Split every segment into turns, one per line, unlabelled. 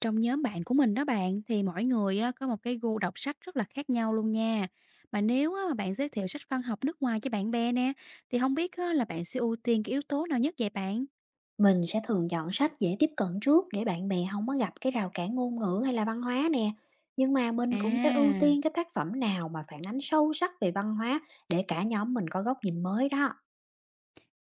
Trong nhóm bạn của mình đó bạn thì mỗi người á, có một cái gu đọc sách rất là khác nhau luôn nha. Mà nếu á, mà bạn giới thiệu sách văn học nước ngoài cho bạn bè nè thì không biết á, là bạn sẽ ưu tiên cái yếu tố nào nhất vậy bạn?
Mình sẽ thường chọn sách dễ tiếp cận trước để bạn bè không có gặp cái rào cản ngôn ngữ hay là văn hóa nè. Nhưng mà mình cũng sẽ ưu
À,
tiên cái tác phẩm nào mà phản ánh sâu sắc về văn hóa để cả nhóm mình có góc nhìn mới đó.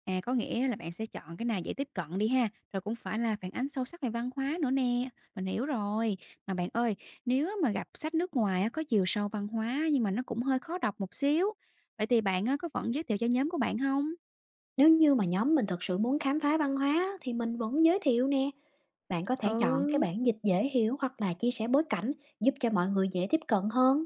à có nghĩa là bạn sẽ chọn cái nào dễ tiếp cận đi ha, rồi cũng phải là phản ánh sâu sắc về văn hóa nữa nè. Mình hiểu rồi. Mà bạn ơi, nếu á, mà gặp sách nước ngoài á, có chiều sâu văn hóa nhưng mà nó cũng hơi khó đọc một xíu, vậy thì bạn á, có vẫn giới thiệu cho nhóm của bạn không?
Nếu như mà nhóm mình thật sự muốn khám phá văn hóa á, thì mình vẫn giới thiệu nè. Bạn có thể
Ừ.
chọn cái bản dịch dễ hiểu hoặc là chia sẻ bối cảnh giúp cho mọi người dễ tiếp cận hơn.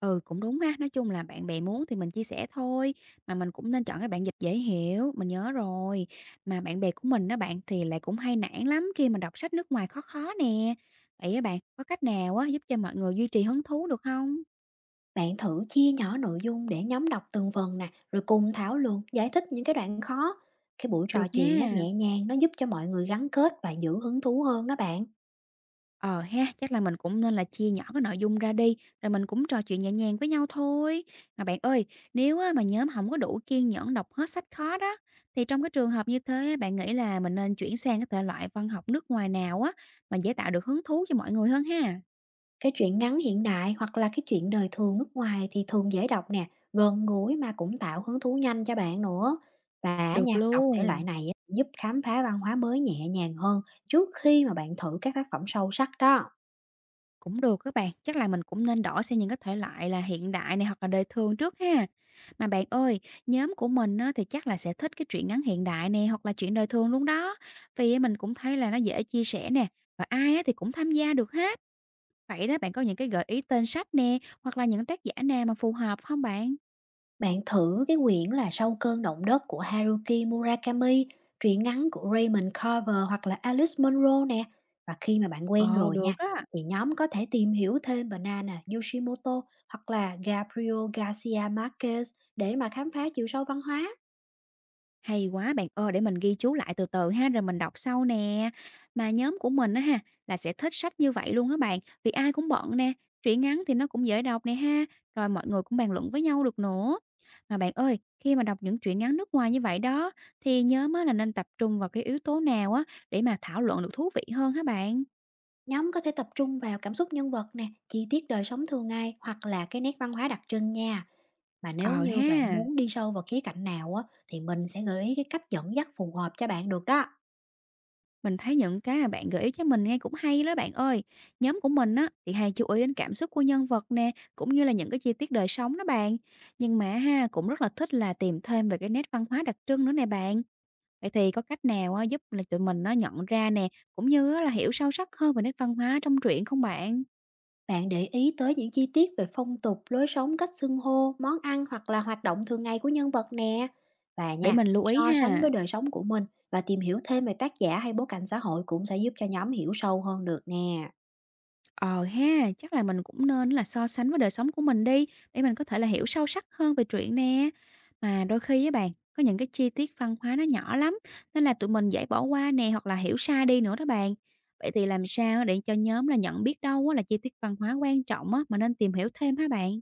Ừ, cũng đúng ha. Nói chung là bạn bè muốn thì mình chia sẻ thôi, mà mình cũng nên chọn cái bản dịch dễ hiểu, mình nhớ rồi. Mà bạn bè của mình á bạn thì lại cũng hay nản lắm khi mà đọc sách nước ngoài khó khó nè. Vậy á bạn, có cách nào á giúp cho mọi người duy trì hứng thú được không?
Bạn thử chia nhỏ nội dung để nhóm đọc từng phần nè, rồi cùng thảo luận, giải thích những cái đoạn khó. Cái buổi trò
Được
chuyện nó
nha.
nhẹ nhàng, nó giúp cho mọi người gắn kết và giữ hứng thú hơn đó bạn.
Ờ ha, chắc là mình cũng nên là chia nhỏ cái nội dung ra đi, rồi mình cũng trò chuyện nhẹ nhàng với nhau thôi. Mà bạn ơi, nếu á, mà nhóm không có đủ kiên nhẫn đọc hết sách khó đó, thì trong cái trường hợp như thế, bạn nghĩ là mình nên chuyển sang cái thể loại văn học nước ngoài nào á, mà dễ tạo được hứng thú cho mọi người hơn ha?
Cái truyện ngắn hiện đại hoặc là cái chuyện đời thường nước ngoài thì thường dễ đọc nè, gần gũi mà cũng tạo hứng thú nhanh cho bạn nữa. Và
Được
nha, đọc thể
luôn.
loại này á, giúp khám phá văn hóa mới nhẹ nhàng hơn trước khi mà bạn thử các tác phẩm sâu sắc đó.
Cũng được các bạn, chắc là mình cũng nên đổi sang những cái thể loại là hiện đại này hoặc là đời thường trước ha. Mà bạn ơi, nhóm của mình á, thì chắc là sẽ thích cái truyện ngắn hiện đại nè hoặc là chuyện đời thường luôn đó. Vì mình cũng thấy là nó dễ chia sẻ nè và ai á, thì cũng tham gia được hết. Vậy đó bạn có những cái gợi ý tên sách nè hoặc là những tác giả nào mà phù hợp không bạn?
Bạn thử cái quyển là Sau cơn động đất của Haruki Murakami, truyện ngắn của Raymond Carver hoặc là Alice Munro nè. Và khi mà bạn quen
Ờ
rồi
được
nha,
á.
thì nhóm có thể tìm hiểu thêm Banana Yoshimoto hoặc là Gabriel Garcia Marquez để mà khám phá chiều sâu văn hóa.
Hay quá bạn ơi, để mình ghi chú lại từ từ ha, rồi mình đọc sau nè. Mà nhóm của mình á ha, là sẽ thích sách như vậy luôn á bạn, vì ai cũng bận nè, truyện ngắn thì nó cũng dễ đọc nè ha, rồi mọi người cũng bàn luận với nhau được nữa. Mà bạn ơi, khi mà đọc những truyện ngắn nước ngoài như vậy đó, thì nhóm á là nên tập trung vào cái yếu tố nào á để mà thảo luận được thú vị hơn hả bạn?
Nhóm có thể tập trung vào cảm xúc nhân vật nè, chi tiết đời sống thường ngày hoặc là cái nét văn hóa đặc trưng nha. Mà nếu
Ờ
như bạn
ha.
muốn đi sâu vào khía cạnh nào á, thì mình sẽ gợi ý cái cách dẫn dắt phù hợp cho bạn được đó.
Mình thấy những cái mà bạn gợi ý cho mình nghe cũng hay đó bạn ơi. Nhóm của mình á thì hay chú ý đến cảm xúc của nhân vật nè, cũng như là những cái chi tiết đời sống đó bạn. Nhưng mà ha cũng rất là thích là tìm thêm về cái nét văn hóa đặc trưng nữa nè bạn. Vậy thì có cách nào á, giúp là tụi mình nó nhận ra nè, cũng như á là hiểu sâu sắc hơn về nét văn hóa trong truyện không bạn?
Bạn để ý tới những chi tiết về phong tục, lối sống, cách xưng hô, món ăn hoặc là hoạt động thường ngày của nhân vật nè. Và
Để
nha,
mình lưu ý
so sánh
ha.
với đời sống của mình và tìm hiểu thêm về tác giả hay bối cảnh xã hội cũng sẽ giúp cho nhóm hiểu sâu hơn được nè.
Ờ ha, chắc là mình cũng nên là so sánh với đời sống của mình đi, để mình có thể là hiểu sâu sắc hơn về chuyện nè. Mà đôi khi với bạn, có những cái chi tiết văn hóa nó nhỏ lắm, nên là tụi mình dễ bỏ qua nè hoặc là hiểu sai đi nữa đó bạn. Vậy thì làm sao để cho nhóm là nhận biết đâu á là chi tiết văn hóa quan trọng á mà nên tìm hiểu thêm hả bạn?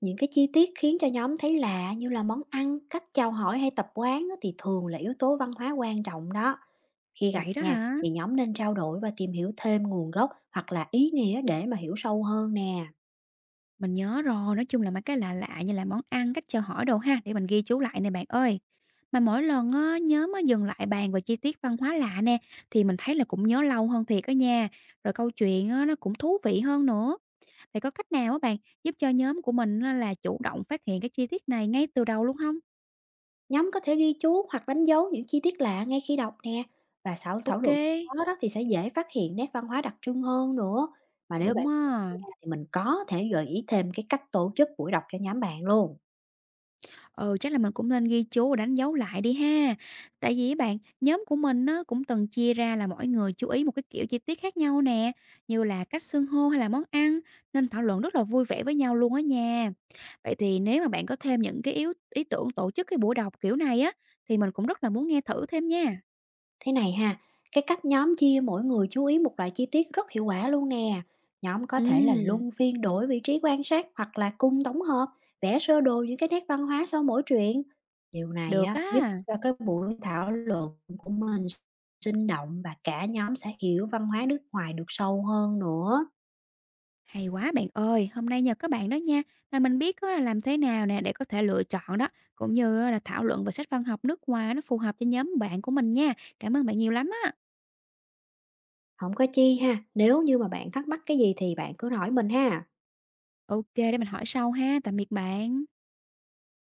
Những cái chi tiết khiến cho nhóm thấy lạ như là món ăn, cách chào hỏi hay tập quán á, thì thường là yếu tố văn hóa quan trọng đó. Khi gặp
Vậy đó
nha,
hả?
thì nhóm nên trao đổi và tìm hiểu thêm nguồn gốc hoặc là ý nghĩa để mà hiểu sâu hơn nè.
Mình nhớ rồi, nói chung là mấy cái lạ lạ như là món ăn, cách chào hỏi đồ ha, để mình ghi chú lại nè bạn ơi. Mà mỗi lần á, nhóm á, dừng lại bàn về chi tiết văn hóa lạ nè, thì mình thấy là cũng nhớ lâu hơn thiệt á nha. Rồi câu chuyện á, nó cũng thú vị hơn nữa. Vậy có cách nào á bạn giúp cho nhóm của mình á, là chủ động phát hiện cái chi tiết này ngay từ đầu luôn không?
Nhóm có thể ghi chú hoặc đánh dấu những chi tiết lạ ngay khi đọc nè và sau thảo
Ok,
luận đó, thì sẽ dễ phát hiện nét văn hóa đặc trưng hơn nữa. Mà nếu
đúng
bạn
á.
muốn nha, thì mình có thể gợi ý thêm cái cách tổ chức buổi đọc cho nhóm bạn luôn.
Ừ, chắc là mình cũng nên ghi chú và đánh dấu lại đi ha. Tại vì á bạn, nhóm của mình nó cũng từng chia ra là mỗi người chú ý một cái kiểu chi tiết khác nhau nè, như là cách xưng hô hay là món ăn, nên thảo luận rất là vui vẻ với nhau luôn á nha. Vậy thì nếu mà bạn có thêm những cái yếu ý tưởng tổ chức cái buổi đọc kiểu này á, thì mình cũng rất là muốn nghe thử thêm nha.
Thế này ha, cái cách nhóm chia mỗi người chú ý một loại chi tiết rất hiệu quả luôn nè. Nhóm có thể là
Ừ,
luân phiên đổi vị trí quan sát hoặc là cùng tổng hợp, vẽ sơ đồ những cái nét văn hóa sau mỗi chuyện. Điều này
được
á, giúp
á.
cho cái buổi thảo luận của mình sinh động và cả nhóm sẽ hiểu văn hóa nước ngoài được sâu hơn nữa.
Hay quá bạn ơi, hôm nay nhờ các bạn đó nha, mà mình biết á là làm thế nào nè để có thể lựa chọn đó, cũng như á là thảo luận về sách văn học nước ngoài nó phù hợp cho nhóm bạn của mình nha. Cảm ơn bạn nhiều lắm á.
Không có chi ha, nếu như mà bạn thắc mắc cái gì thì bạn cứ hỏi mình ha.
Ok, để mình hỏi sau ha. Tạm biệt bạn.